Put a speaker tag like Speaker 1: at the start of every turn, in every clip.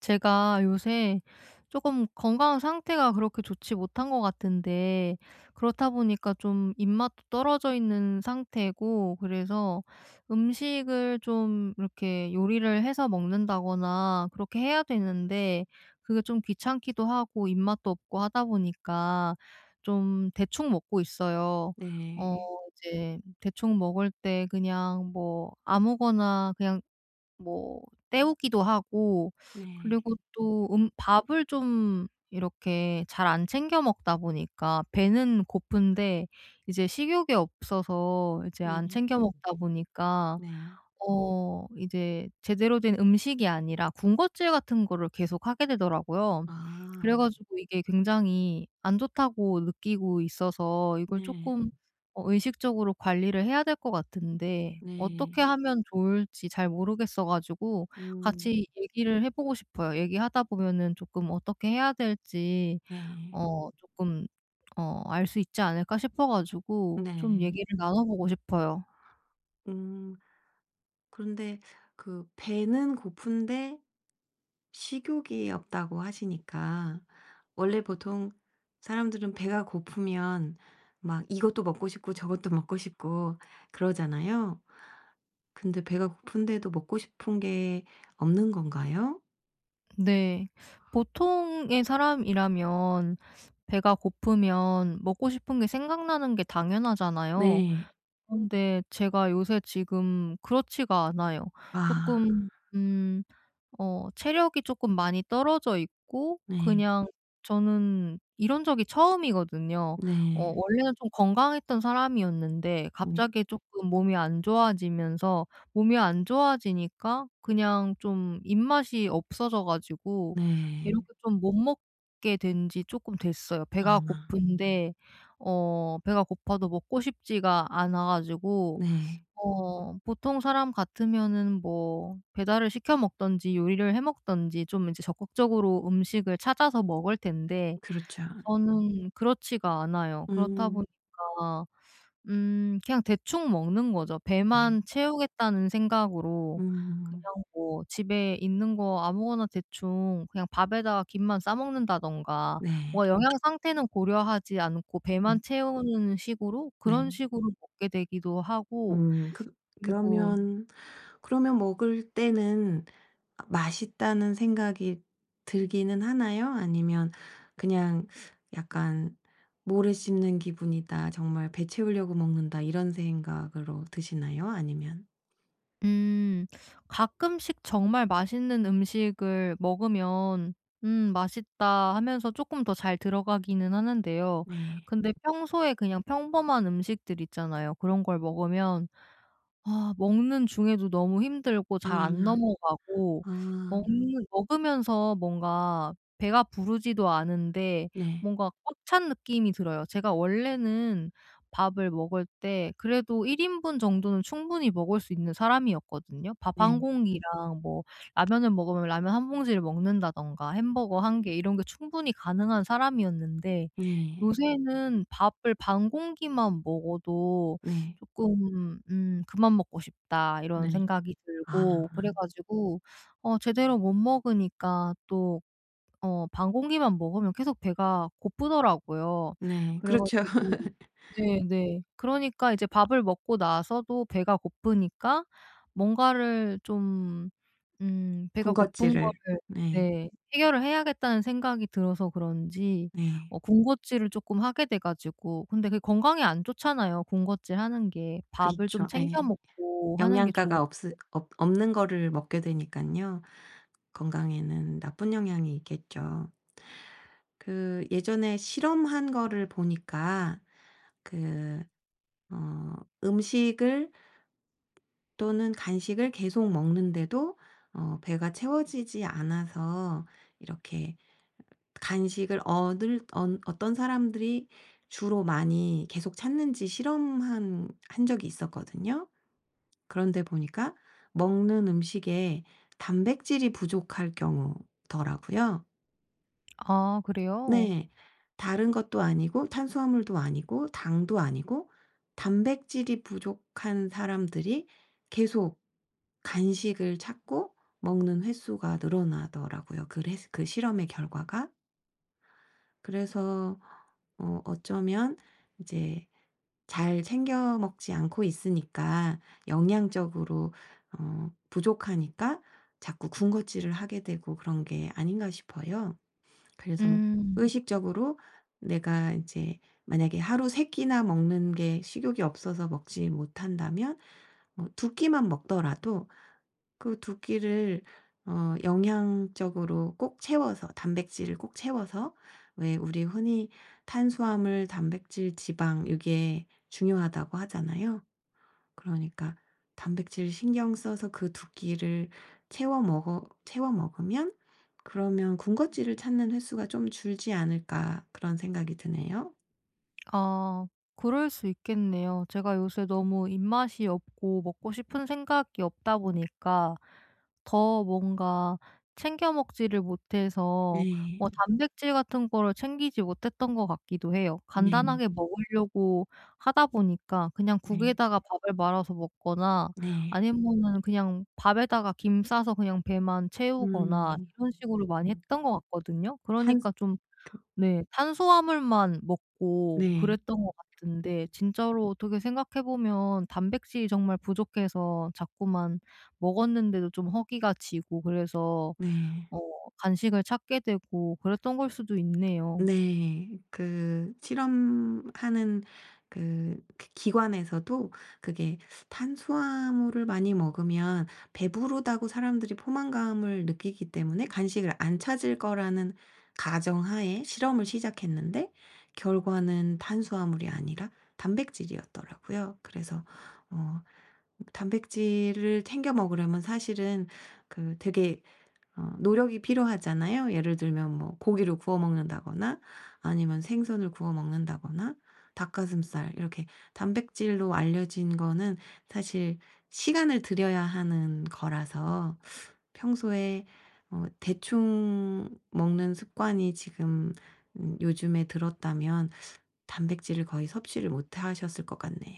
Speaker 1: 제가 요새 조금 건강 상태가 그렇게 좋지 못한 것 같은데, 그렇다 보니까 좀 입맛도 떨어져 있는 상태고, 그래서 음식을 좀 이렇게 요리를 해서 먹는다거나 그렇게 해야 되는데 그게 좀 귀찮기도 하고 입맛도 없고 하다 보니까 좀 대충 먹고 있어요. 어
Speaker 2: 네.
Speaker 1: 이제 대충 먹을 때 그냥 뭐 아무거나 그냥 뭐 때우기도 하고,
Speaker 2: 네.
Speaker 1: 그리고 또 밥을 좀 이렇게 잘 안 챙겨 먹다 보니까 배는 고픈데 이제 식욕이 없어서 이제 안
Speaker 2: 네.
Speaker 1: 챙겨 먹다 보니까
Speaker 2: 네.
Speaker 1: 이제 제대로 된 음식이 아니라 군것질 같은 거를 계속 하게 되더라고요. 그래
Speaker 2: 아.
Speaker 1: 가지고 이게 굉장히 안 좋다고 느끼고 있어서 이걸 조
Speaker 2: 네.
Speaker 1: 쪼끔 의식적으로 관리를 해야 될 것 같은데 어떻게
Speaker 2: 네.
Speaker 1: 하면 좋을지 잘 모르겠어 가지고
Speaker 2: 음.
Speaker 1: 같이 얘기를 해 보고 싶어요. 얘기하다 보면은 쪼끔 어떻게 해야 될지
Speaker 2: 네.
Speaker 1: 쪼끔 알 수 있지 않을까 싶어 가지고 좀
Speaker 2: 네.
Speaker 1: 얘기를 나눠 보고 싶어요.
Speaker 2: 음. 그런데 그 배는 고픈데 식욕이 없다고 하시니까 원래 보통 사람들은 배가 고프면 막 이것도 먹고 싶고 저것도 먹고 싶고 그러잖아요. 근데 배가 고픈데도 먹고 싶은 게 없는 건가요?
Speaker 1: 네, 보통의 사람이라면 배가 고프면 먹고 싶은 게 생각나는 게 당연하잖아요.
Speaker 2: 네.
Speaker 1: 그런데 제가 요새 지금 그렇지가 않아요.
Speaker 2: 아.
Speaker 1: 조금... 음 어 체력이 쪼끔 많이 떨어져 있고,
Speaker 2: 네.
Speaker 1: 그냥 저는 이런 적이 처음이거든요.
Speaker 2: 네.
Speaker 1: 원래는 좀 건강했던 사람이었는데
Speaker 2: 네.
Speaker 1: 갑자기 쪼끔 몸이 안 좋아지면서, 몸이 안 좋아지니까 그냥 좀 입맛이 없어져 가지고 이렇게
Speaker 2: 네.
Speaker 1: 좀 못 먹게 된 지 쪼끔 됐어요. 배가
Speaker 2: 아
Speaker 1: 고픈데 배가 고파도 먹고 싶지가 않아 가지고
Speaker 2: 네.
Speaker 1: 보통 사람 같으면은 뭐 배달을 시켜 먹든지 요리를 해 먹든지 좀 이제 적극적으로 음식을 찾아서 먹을 텐데,
Speaker 2: 그렇죠.
Speaker 1: 저는 그렇지가 않아요. 그렇다
Speaker 2: 음.
Speaker 1: 보니까 그냥 대충 먹는 거죠.
Speaker 2: 아
Speaker 1: 배만 채우겠다는 생각으로
Speaker 2: 음.
Speaker 1: 그냥 뭐 집에 있는 거 아무거나 대충 그냥 밥에다가 김만 싸 먹는다든가,
Speaker 2: 네.
Speaker 1: 뭔가 영양 상태는 고려하지 않고 배만
Speaker 2: 음
Speaker 1: 채우는 식으로
Speaker 2: 네.
Speaker 1: 그런 식으로 먹게 되기도 하고.
Speaker 2: 음 그
Speaker 1: 그리고
Speaker 2: 그러면 그러면 먹을 때는 아 맛있다는 생각이 들기는 하나요? 아니면 그냥 약간 '모래 씹는 기분이다. 정말 배 채우려고 먹는다.' 이런 생각으로 드시나요? 아니면
Speaker 1: 음. 가끔씩 정말 맛있는 음식을 먹으면 '음 맛있다.' 하면서 조금 더 잘 들어가기는 하는데요.
Speaker 2: 네.
Speaker 1: 근데 평소에 그냥 평범한 음식들 있잖아요. 그런 걸 먹으면 아 먹는 중에도 너무 힘들고 잘 안
Speaker 2: 아.
Speaker 1: 넘어가고,
Speaker 2: 아.
Speaker 1: 먹는 먹으면서 뭔가 배가 부르지도 않은데
Speaker 2: 네.
Speaker 1: 뭔가 꽉 찬 느낌이 들어요. 제가 원래는 밥을 먹을 때 그래도 1 인분 정도는 충분히 먹을 수 있는 사람이었거든요. 밥 한
Speaker 2: 네.
Speaker 1: 공기랑 뭐 라면을 먹으면 라면 한 봉지를 먹는다든가 햄버거 한 개 이런 게 충분히 가능한 사람이었는데,
Speaker 2: 네.
Speaker 1: 요새는 밥을 반 공기만 먹어도
Speaker 2: 네.
Speaker 1: 조금 '그만 먹고 싶다.'
Speaker 2: 네.
Speaker 1: 이런
Speaker 2: 네.
Speaker 1: 생각이
Speaker 2: 아.
Speaker 1: 들고 그래 가지고 제대로 못 먹으니까 또 반 공기만 먹으면 계속 배가 고프더라고요.
Speaker 2: 네.
Speaker 1: 그래
Speaker 2: 그렇죠.
Speaker 1: 가지고 네네, 그러니까 이제 밥을 먹고 나서도 배가 고프니까 뭔가를 좀 배가 고픈
Speaker 2: 군것질을.
Speaker 1: 거를
Speaker 2: 네.
Speaker 1: 네 해결을 해야겠다는 생각이 들어서 그런지
Speaker 2: 네.
Speaker 1: 군것질을 쪼끔 하게 돼 가지고. 근데 그게 건강에 안 좋잖아요, 군것질 하는 게. 밥을 좀
Speaker 2: 그렇죠. 예.
Speaker 1: 챙겨 먹고 하는 게 좋은.
Speaker 2: 영양가가 없 없 없는 거를 먹게 되니까요. 건강에는 나쁜 영향이 있겠죠. 그 예전에 실험한 거를 보니까 그 어 음식을 또는 간식을 계속 먹는데도 배가 채워지지 않아서 이렇게 간식을 얻을, 어을 어떤 사람들이 주로 많이 계속 찾는지 실험한 한 적이 있었거든요. 그런데 보니까 먹는 음식에 단백질이 부족할 경우더라고요.
Speaker 1: 아 그래요?
Speaker 2: 네. 다른 것도 아니고 탄수화물도 아니고 당도 아니고 단백질이 부족한 사람들이 계속 간식을 찾고 먹는 횟수가 늘어나더라고요. 그그 실험의 결과가. 그래서 어쩌면 이제 잘 챙겨 먹지 않고 있으니까 영양적으로 부족하니까 자꾸 군것질을 하게 되고 그런 게 아닌가 싶어요. 그래서
Speaker 1: 음.
Speaker 2: 의식적으로 내가 이제 만약에 하루 3 끼나 먹는 게 식욕이 없어서 먹지 못한다면 뭐 끼만 먹더라도 그 두 끼를 영양적으로 꼭 채워서 단백질을 꼭 채워서 왜 우리 흔히 탄수화물, 단백질, 지방 이게 중요하다고 하잖아요. 그러니까 단백질 신경 써서 그 두 끼를 채워 먹으면 그러면 '군것질을 찾는 횟수가 좀 줄지 않을까.' 그런 생각이 드네요.
Speaker 1: 아 그럴 수 있겠네요. 제가 요새 너무 입맛이 없고 먹고 싶은 생각이 없다 보니까 더 뭔가 챙겨 먹지를 못해서
Speaker 2: 네.
Speaker 1: 뭐 단백질 같은 거를 챙기지 못했던 것 같기도 해요.
Speaker 2: 네.
Speaker 1: 간단하게 먹으려고 하다 보니까 그냥
Speaker 2: 네.
Speaker 1: 국에다가 밥을 말아서 먹거나,
Speaker 2: 네.
Speaker 1: 아니면은 그냥 밥에다가 김 싸서 그냥 배만 채우거나
Speaker 2: 음.
Speaker 1: 이런 식으로 많이 했던 것 같거든요.
Speaker 2: 탄
Speaker 1: 그러니까 좀, 네, 탄수화물만 먹고
Speaker 2: 네.
Speaker 1: 그랬던 것 같은데, 진짜로 어떻게 생각해 보면 단백질이 정말 부족해서 자꾸만 먹었는데도 좀 허기가 지고 그래서
Speaker 2: 네.
Speaker 1: 어 간식을 찾게 되고 그랬던 걸 수도 있네요.
Speaker 2: 네. 그 실험하는 그 그 기관에서도 그게 탄수화물을 많이 먹으면 배부르다고 사람들이 포만감을 느끼기 때문에 간식을 안 찾을 거라는 가정하에 실험을 시작했는데 결과는 탄수화물이 아니라 단백질이었더라고요. 그래서 어 단백질을 챙겨 먹으려면 사실은 되게 노력이 필요하잖아요. 예를 들면 뭐 고기를 구워 먹는다거나 아니면 생선을 구워 먹는다거나 닭가슴살 이렇게 단백질로 알려진 거는 사실 시간을 들여야 하는 거라서 평소에 대충 먹는 습관이 지금 요즘에 들었다면 단백질을 거의 섭취를 못 하셨을 것 같네요.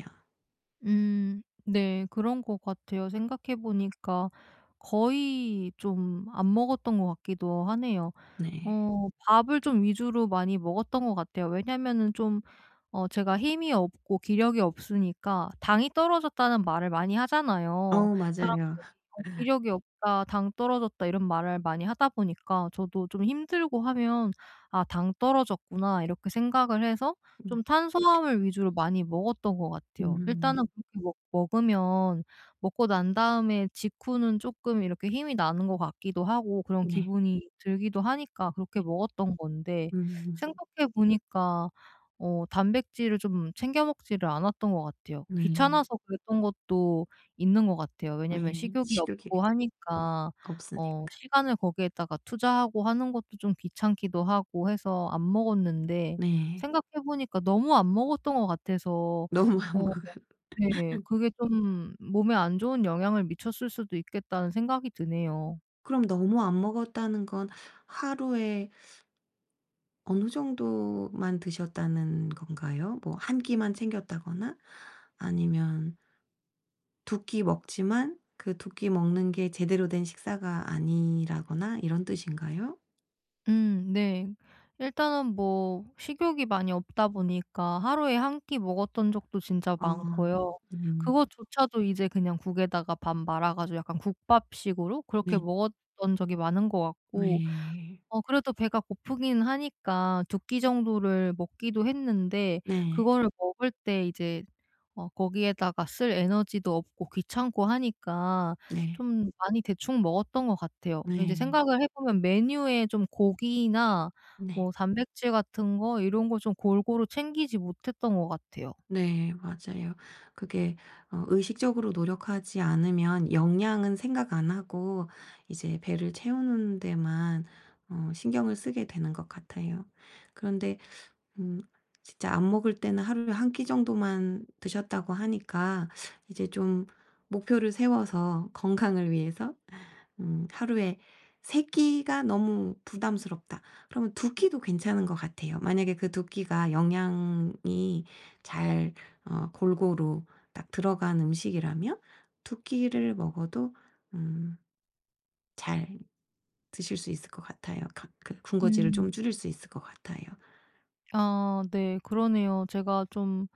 Speaker 1: 네, 그런 것 같아요. 생각해 보니까 거의 좀 안 먹었던 것 같기도 하네요.
Speaker 2: 네.
Speaker 1: 밥을 좀 위주로 많이 먹었던 것 같아요. 왜냐면은 좀 제가 힘이 없고 기력이 없으니까 당이 떨어졌다는 말을 많이 하잖아요.
Speaker 2: 맞아요.
Speaker 1: "기력이 없다. 당 떨어졌다." 이런 말을 많이 하다 보니까 저도 좀 힘들고 하면 '아 당 떨어졌구나.' 이렇게 생각을 해서 좀
Speaker 2: 음.
Speaker 1: 탄수화물 위주로 많이 먹었던 것 같아요. 일단은
Speaker 2: 음.
Speaker 1: 그렇게 먹 먹으면 먹고 난 다음에 직후는 쪼끔 이렇게 힘이 나는 것 같기도 하고 그런
Speaker 2: 네.
Speaker 1: 기분이 들기도 하니까 그렇게
Speaker 2: 네.
Speaker 1: 먹었던 건데,
Speaker 2: 음.
Speaker 1: 생각해 보니까 단백질을 좀 챙겨 먹지를 않았던 것 같아요.
Speaker 2: 음, 음,
Speaker 1: 귀찮아서 그랬던 것도 있는 것 같아요.
Speaker 2: 네.
Speaker 1: 왜냐면
Speaker 2: 네.
Speaker 1: 식욕이
Speaker 2: 식욕이
Speaker 1: 없고 하니까
Speaker 2: 없으니까.
Speaker 1: 시간을 거기에다가 투자하고 하는 것도 좀 귀찮기도 하고 해서 안 먹었는데,
Speaker 2: 네.
Speaker 1: 생각해 보니까 너무 안 먹었던 것 같아서
Speaker 2: 너무 안
Speaker 1: 어
Speaker 2: 먹어요.
Speaker 1: 네 그게 좀 몸에 안 좋은 영향을 미쳤을 수도 있겠다는 생각이 드네요.
Speaker 2: 그럼 너무 안 먹었다는 건 하루에 어느 정도만 드셨다는 건가요? 뭐 한 끼만 챙겼다거나 아니면 두 끼 먹지만 그 두 끼 먹는 게 제대로 된 식사가 아니라거나 이런 뜻인가요?
Speaker 1: 네, 일단은 뭐 식욕이 많이 없다 보니까 하루에 한 끼 먹었던 적도 진짜
Speaker 2: 아.
Speaker 1: 많고요.
Speaker 2: 음.
Speaker 1: 그것조차도 이제 그냥 국에다가 밥 말아 가지고 약간 국밥식으로 그렇게
Speaker 2: 네.
Speaker 1: 먹었던 적이 많은 것 같고,
Speaker 2: 네.
Speaker 1: 그래도 배가 고프긴 하니까 두끼 정도를 먹기도 했는데
Speaker 2: 네.
Speaker 1: 그거를 먹을 때 이제 거기에다가 쓸 에너지도 없고 귀찮고 하니까
Speaker 2: 네.
Speaker 1: 좀 많이 대충 먹었던 것 같아요. 이제
Speaker 2: 네.
Speaker 1: 생각을 해 보면 메뉴에 좀 고기나 뭐
Speaker 2: 네.
Speaker 1: 단백질 같은 거 이런 걸 좀 골고루 챙기지 못했던 것 같아요.
Speaker 2: 네. 맞아요. 그게 의식적으로 노력하지 않으면 영양은 생각 안 하고 이제 배를 채우는 데만 신경을 쓰게 되는 것 같아요. 그런데 음 진짜 안 먹을 때는 하루에 한 끼 정도만 드셨다고 하니까 이제 좀 목표를 세워서 건강을 위해서 하루에 3 끼가 너무 부담스럽다. 그러면 2 끼도 괜찮은 것 같아요. 만약에 그 2 끼가 영양이 잘 골고루 딱 들어간 음식이라면 2 끼를 먹어도 음 잘 드실 수 있을 것 같아요. 가 그 군것질을 좀
Speaker 1: 음.
Speaker 2: 줄일 수 있을 것 같아요.
Speaker 1: 아 네, 그러네요. 제가 좀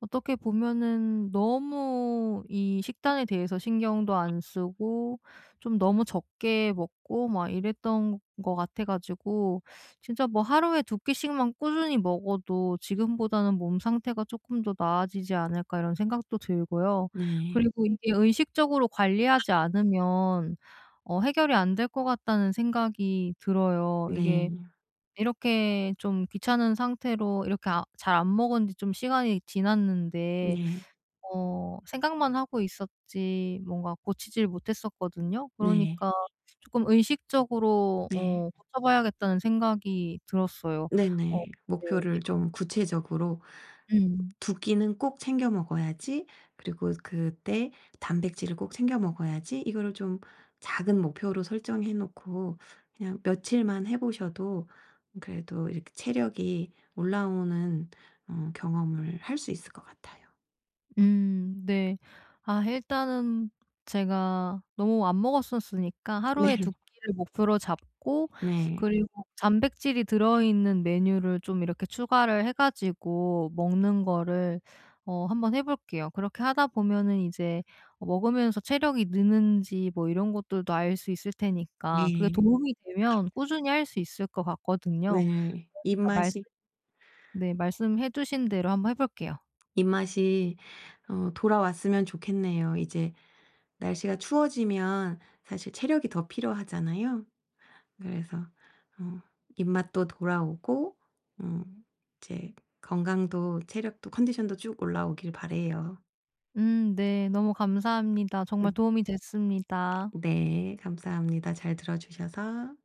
Speaker 1: 어떻게 보면은 너무 이 식단에 대해서 신경도 안 쓰고 좀 너무 적게 먹고 막 이랬던 것 같아 가지고 진짜 뭐 하루에 두 끼씩만 꾸준히 먹어도 '지금보다는 몸 상태가 조금 더 나아지지 않을까.' 이런 생각도 들고요.
Speaker 2: 네.
Speaker 1: 그리고 이게 의식적으로 관리하지 않으면 해결이 안 될 것 같다는 생각이 들어요. 이게
Speaker 2: 네.
Speaker 1: 이렇게 좀 귀찮은 상태로 이렇게 아 잘 안 먹은 지 좀 시간이 지났는데
Speaker 2: 네.
Speaker 1: 생각만 하고 있었지 뭔가 고치질 못했었거든요.
Speaker 2: 네.
Speaker 1: 그러니까 조금 의식적으로
Speaker 2: 네.
Speaker 1: 고쳐 봐야겠다는 생각이 들었어요. 어
Speaker 2: 네네.
Speaker 1: 네,
Speaker 2: 목표를
Speaker 1: 이렇
Speaker 2: 좀 구체적으로
Speaker 1: 음.
Speaker 2: 두 끼는 꼭 챙겨 먹어야지. 그리고 그때 단백질을 꼭 챙겨 먹어야지. 이거를 좀 작은 목표로 설정해 놓고 그냥 며칠만 해 보셔도 그래도 이렇게 체력이 올라오는 경험을 할 수 있을 것 같아요.
Speaker 1: 네, 아 일단은 제가 너무 안 먹었었으니까
Speaker 2: 네.
Speaker 1: 하루에 두 끼를 목표로 잡고
Speaker 2: 네.
Speaker 1: 그리고 단백질이 들어있는 메뉴를 좀 이렇게 추가를 해 가지고 먹는 거를 한번 해 볼게요. 그렇게 하다 보면은 이제 먹으면서 체력이 느는지 뭐 이런 것들도 알 수 있을 테니까 그게
Speaker 2: 네.
Speaker 1: 도움이 되면 꾸준히 할 수 있을 것 같거든요.
Speaker 2: 네.
Speaker 1: 그러니까 말씀
Speaker 2: 입맛이
Speaker 1: 네 말씀해 주신 대로 한번 해 볼게요.
Speaker 2: 입맛이 돌아왔으면 좋겠네요. 이제 날씨가 추워지면 사실 체력이 더 필요하잖아요. 그래서 어 입맛도 돌아오고 어 이제 건강도 체력도 컨디션도 쭉 올라오길 바래요.
Speaker 1: 네, 너무 감사합니다. 정말
Speaker 2: 음.
Speaker 1: 도움이 됐습니다.
Speaker 2: 네. 감사합니다. 잘 들어 주셔서.